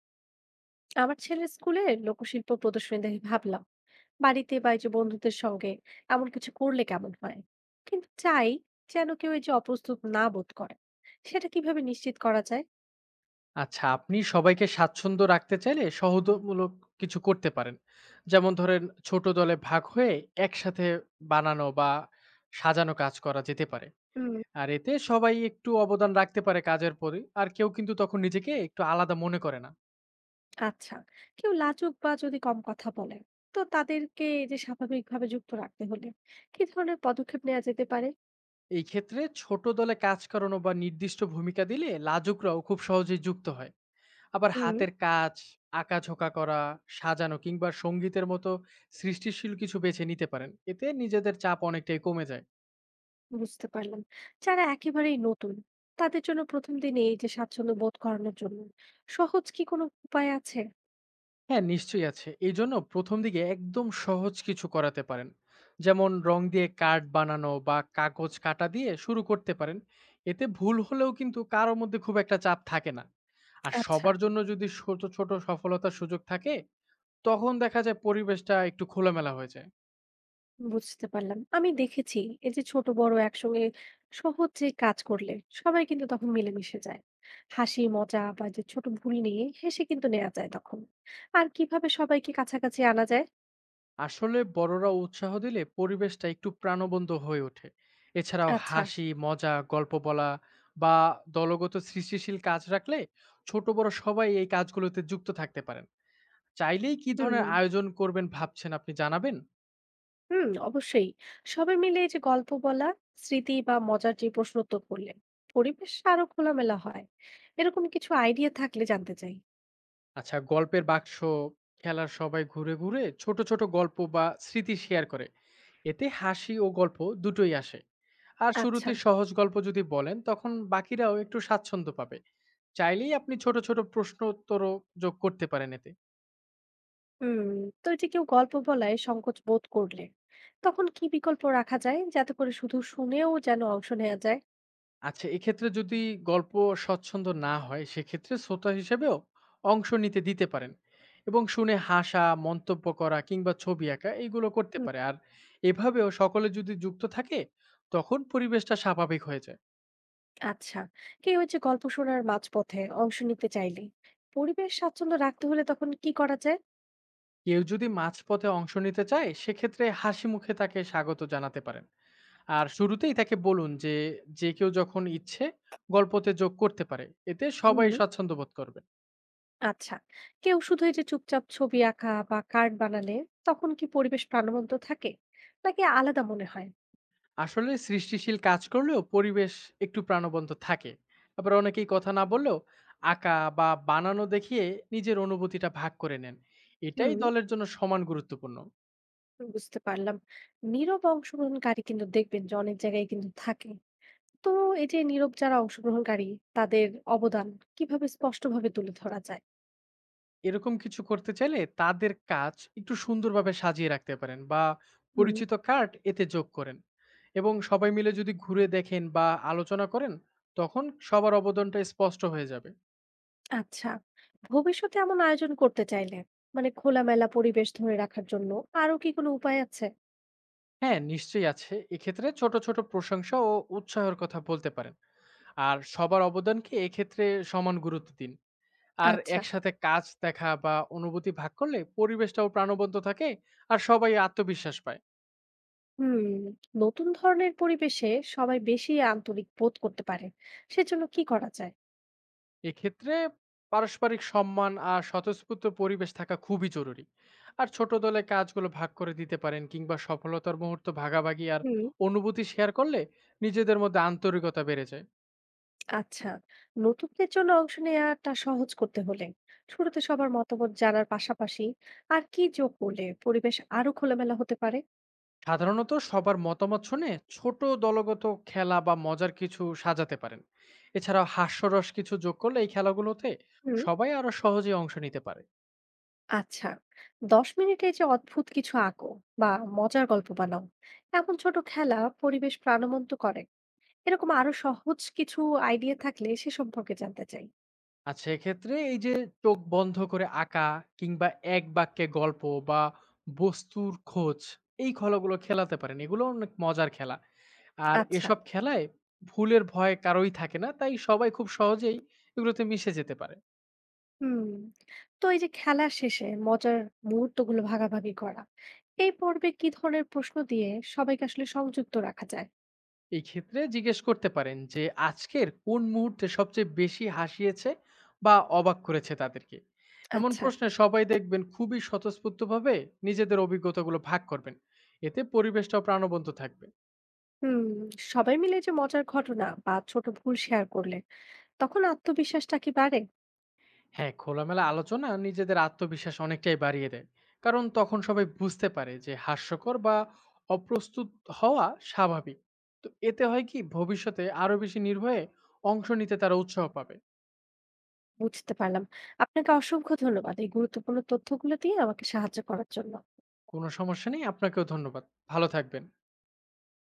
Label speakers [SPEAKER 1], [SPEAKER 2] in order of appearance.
[SPEAKER 1] আমার ছেলের স্কুলে লোকশিল্প প্রদর্শনী দেখে ভাবলাম বাড়িতে বা এই যে বন্ধুদের সঙ্গে এমন কিছু করলে কেমন হয়, কিন্তু চাই যেন কেউ এই যে অপ্রস্তুত না বোধ করে। সেটা কিভাবে নিশ্চিত করা যায়?
[SPEAKER 2] আচ্ছা, আপনি সবাইকে স্বাচ্ছন্দ্য রাখতে চাইলে সহযোগিতামূলক কিছু করতে পারেন। যেমন ধরেন ছোট দলে ভাগ হয়ে একসাথে বানানো বা সাজানো কাজ করা যেতে পারে।
[SPEAKER 1] হুম।
[SPEAKER 2] আর এতে সবাই একটু অবদান রাখতে পারে কাজের পরে। আর কেউ কিন্তু তখন নিজেকে একটু আলাদা মনে করে না।
[SPEAKER 1] আচ্ছা, কেউ লাজুক বা যদি কম কথা বলে তো তাদেরকে এই যে স্বাভাবিকভাবে যুক্ত রাখতে হলে কি ধরনের পদক্ষেপ নেওয়া যেতে পারে?
[SPEAKER 2] এই ক্ষেত্রে ছোট দলে কাজ করানো বা নির্দিষ্ট ভূমিকা দিলে লাজুকরাও খুব সহজেই যুক্ত হয়। আবার
[SPEAKER 1] হুম।
[SPEAKER 2] হাতের কাজ, আঁকাঝোঁকা করা, সাজানো কিংবা সঙ্গীতের মতো সৃষ্টিশীল কিছু বেছে নিতে পারেন। এতে নিজেদের চাপ অনেকটাই কমে যায়।
[SPEAKER 1] বুঝতে পারলাম। যারা একেবারেই নতুন তাদের জন্য প্রথম দিনে এই যে স্বাচ্ছন্দ্য বোধ করানোর জন্য সহজ কি কোনো উপায় আছে?
[SPEAKER 2] হ্যাঁ, নিশ্চয়ই আছে। এইজন্য ১ম দিকে একদম সহজ কিছু করাতে পারেন। যেমন রং দিয়ে কার্ড বানানো বা কাগজ কাটা দিয়ে শুরু করতে পারেন। এতে ভুল হলেও কিন্তু কারো মধ্যে খুব একটা চাপ থাকে না। আর
[SPEAKER 1] আচ্ছা।
[SPEAKER 2] সবার জন্য যদি ছোট, ছোট সফলতার সুযোগ থাকে, তখন দেখা যায় পরিবেশটা একটু খোলামেলা হয়ে যায়।
[SPEAKER 1] বুঝতে পারলাম। আমি দেখেছি এই যে ছোট বড় একসঙ্গে সহজ যে কাজ করলে সবাই কিন্তু তখন মিলেমিশে যায়। হাসি মজা বা যে ছোট ভুল নিয়ে হেসে কিন্তু নেওয়া যায় তখন। আর কিভাবে সবাইকে কাছাকাছি আনা যায়?
[SPEAKER 2] আসলে বড়রা উৎসাহ দিলে পরিবেশটা একটু প্রাণবন্ত হয়ে ওঠে। এছাড়াও
[SPEAKER 1] আচ্ছা।
[SPEAKER 2] হাসি মজা গল্প বলা বা দলগত সৃষ্টিশীল কাজ রাখলে ছোট বড় সবাই এই কাজগুলোতে যুক্ত থাকতে পারেন। চাইলেই কি
[SPEAKER 1] হুম,
[SPEAKER 2] ধরনের আয়োজন করবেন ভাবছেন আপনি জানাবেন।
[SPEAKER 1] হুম, অবশ্যই। সবাই মিলে এই যে গল্প বলা, স্মৃতি বা মজার যে প্রশ্নোত্তর করলে পরিবেশ আরো খোলামেলা হয়। এরকম কিছু আইডিয়া থাকলে জানতে চাই।
[SPEAKER 2] আচ্ছা, গল্পের বাক্স খেলার সবাই ঘুরে ঘুরে ছোট ছোট গল্প বা স্মৃতি শেয়ার করে এতে হাসি ও গল্প দুটোই আসে। আর
[SPEAKER 1] আচ্ছা।
[SPEAKER 2] শুরুতে সহজ গল্প যদি বলেন তখন বাকিরাও একটু স্বাচ্ছন্দ্য পাবে। চাইলেই আপনি ছোট, ছোট প্রশ্নোত্তরও যোগ করতে পারেন এতে।
[SPEAKER 1] হুম। তো এই যে কেউ গল্প বলায় সংকোচ বোধ করলে তখন কি বিকল্প রাখা যায় যাতে করে শুধু শুনেও যেন অংশ নেওয়া যায়?
[SPEAKER 2] আচ্ছা, এক্ষেত্রে যদি গল্প স্বচ্ছন্দ না হয়, সেক্ষেত্রে শ্রোতা হিসেবেও অংশ নিতে দিতে পারেন এবং শুনে হাসা, মন্তব্য করা কিংবা ছবি আঁকা এইগুলো করতে
[SPEAKER 1] হুম।
[SPEAKER 2] পারে। আর এভাবেও সকলে যদি যুক্ত থাকে, তখন পরিবেশটা স্বাভাবিক হয়ে যায়।
[SPEAKER 1] আচ্ছা, কেউ হচ্ছে গল্প শোনার মাঝপথে অংশ নিতে চাইলে পরিবেশ স্বাচ্ছন্দ্য রাখতে হলে তখন কি করা যায়?
[SPEAKER 2] কেউ যদি মাঝপথে অংশ নিতে চায়, সেক্ষেত্রে হাসি মুখে তাকে স্বাগত জানাতে পারেন। আর শুরুতেই তাকে বলুন যে, যে কেউ যখন ইচ্ছে গল্পতে যোগ করতে পারে। এতে সবাই
[SPEAKER 1] হুম।
[SPEAKER 2] স্বচ্ছন্দ বোধ করবে।
[SPEAKER 1] আচ্ছা, কেউ শুধু এই যে চুপচাপ ছবি আঁকা বা কার্ড বানালে তখন কি পরিবেশ প্রাণবন্ত থাকে নাকি আলাদা মনে হয়?
[SPEAKER 2] আসলে সৃষ্টিশীল কাজ করলেও পরিবেশ একটু প্রাণবন্ত থাকে। আবার অনেকেই কথা না বললেও আঁকা বা বানানো দেখিয়ে নিজের অনুভূতিটা ভাগ করে নেন। এটাই
[SPEAKER 1] হুম।
[SPEAKER 2] দলের জন্য সমান গুরুত্বপূর্ণ।
[SPEAKER 1] বুঝতে পারলাম। নীরব অংশগ্রহণকারী কিন্তু দেখবেন যে অনেক জায়গায় কিন্তু থাকে। তো এই যে নীরব যারা অংশগ্রহণকারী তাদের অবদান কিভাবে স্পষ্টভাবে তুলে ধরা যায়?
[SPEAKER 2] এরকম কিছু করতে চাইলে তাদের কাজ একটু সুন্দরভাবে সাজিয়ে রাখতে পারেন বা
[SPEAKER 1] হুম।
[SPEAKER 2] পরিচিত কার্ড এতে যোগ করেন এবং সবাই মিলে যদি ঘুরে দেখেন বা আলোচনা করেন তখন সবার অবদানটা স্পষ্ট হয়ে যাবে।
[SPEAKER 1] আচ্ছা, ভবিষ্যতে এমন আয়োজন করতে চাইলে মানে খোলামেলা পরিবেশ ধরে রাখার জন্য আরো কি কোনো উপায় আছে?
[SPEAKER 2] হ্যাঁ, নিশ্চয়ই আছে। এক্ষেত্রে ছোট ছোট প্রশংসা ও উৎসাহের কথা বলতে পারেন। আর সবার অবদানকে এক্ষেত্রে সমান গুরুত্ব দিন। আর
[SPEAKER 1] আচ্ছা।
[SPEAKER 2] একসাথে কাজ দেখা বা অনুভূতি ভাগ করলে পরিবেশটাও প্রাণবন্ত থাকে আর সবাই আত্মবিশ্বাস পায়।
[SPEAKER 1] হুম। নতুন ধরনের পরিবেশে সবাই বেশি আন্তরিক বোধ করতে পারে, সেজন্য কি করা যায়?
[SPEAKER 2] এক্ষেত্রে পারস্পরিক সম্মান আর স্বতঃস্ফূর্ত পরিবেশ থাকা খুবই জরুরি। আর ছোট দলে কাজগুলো ভাগ করে দিতে পারেন কিংবা সফলতার মুহূর্ত ভাগাভাগি আর
[SPEAKER 1] হুম।
[SPEAKER 2] অনুভূতি শেয়ার করলে নিজেদের মধ্যে আন্তরিকতা বেড়ে যায়।
[SPEAKER 1] আচ্ছা, নতুনদের জন্য অংশ নেওয়াটা সহজ করতে হলে শুরুতে সবার মতামত জানার পাশাপাশি আর কি যোগ করলে পরিবেশ আরো খোলামেলা হতে পারে?
[SPEAKER 2] সাধারণত সবার মতামত শুনে ছোট দলগত খেলা বা মজার কিছু সাজাতে পারেন। এছাড়াও হাস্যরস কিছু যোগ করলে এই খেলাগুলোতে
[SPEAKER 1] হুম।
[SPEAKER 2] সবাই আরো সহজে অংশ নিতে পারে।
[SPEAKER 1] আচ্ছা, 10 মিনিটে যে অদ্ভুত কিছু আঁকো বা মজার গল্প বানাও এমন ছোট খেলা পরিবেশ প্রাণবন্ত করে। এরকম আরো সহজ কিছু আইডিয়া থাকলে সে সম্পর্কে জানতে চাই।
[SPEAKER 2] আর সেক্ষেত্রে এই যে চোখ বন্ধ করে আঁকা কিংবা এক বাক্যে গল্প বা বস্তুর খোঁজ, এই খেলাগুলো খেলাতে পারেন। এগুলো অনেক মজার খেলা। আর
[SPEAKER 1] আচ্ছা।
[SPEAKER 2] এসব খেলায় ভুলের ভয় কারোই থাকে না, তাই সবাই খুব সহজেই এগুলোতে মিশে যেতে পারে।
[SPEAKER 1] হুম। তো এই যে খেলার শেষে মজার মুহূর্তগুলো ভাগাভাগি করা এই পর্বে কি ধরনের প্রশ্ন দিয়ে সবাইকে আসলে সংযুক্ত রাখা যায়?
[SPEAKER 2] এই ক্ষেত্রে জিজ্ঞেস করতে পারেন যে আজকের কোন মুহূর্তে সবচেয়ে বেশি হাসিয়েছে বা অবাক করেছে তাদেরকে। এমন
[SPEAKER 1] আচ্ছা।
[SPEAKER 2] প্রশ্নে সবাই দেখবেন খুবই স্বতঃস্ফূর্তভাবে নিজেদের অভিজ্ঞতাগুলো ভাগ করবেন। এতে পরিবেশটাও প্রাণবন্ত থাকবে।
[SPEAKER 1] হুম। সবাই মিলে যে মজার ঘটনা বা ছোট ভুল শেয়ার করলে তখন আত্মবিশ্বাসটা কি বাড়ে?
[SPEAKER 2] হ্যাঁ, খোলামেলা আলোচনা নিজেদের আত্মবিশ্বাস অনেকটাই বাড়িয়ে দেয়। কারণ তখন সবাই বুঝতে পারে যে হাস্যকর বা অপ্রস্তুত হওয়া স্বাভাবিক। তো এতে হয় কি, ভবিষ্যতে আরো বেশি নির্ভয়ে অংশ নিতে তারা উৎসাহ পাবে।
[SPEAKER 1] বুঝতে পারলাম। আপনাকে অসংখ্য ধন্যবাদ এই গুরুত্বপূর্ণ তথ্যগুলো দিয়ে আমাকে সাহায্য করার জন্য।
[SPEAKER 2] কোনো সমস্যা নেই, আপনাকেও ধন্যবাদ। ভালো থাকবেন।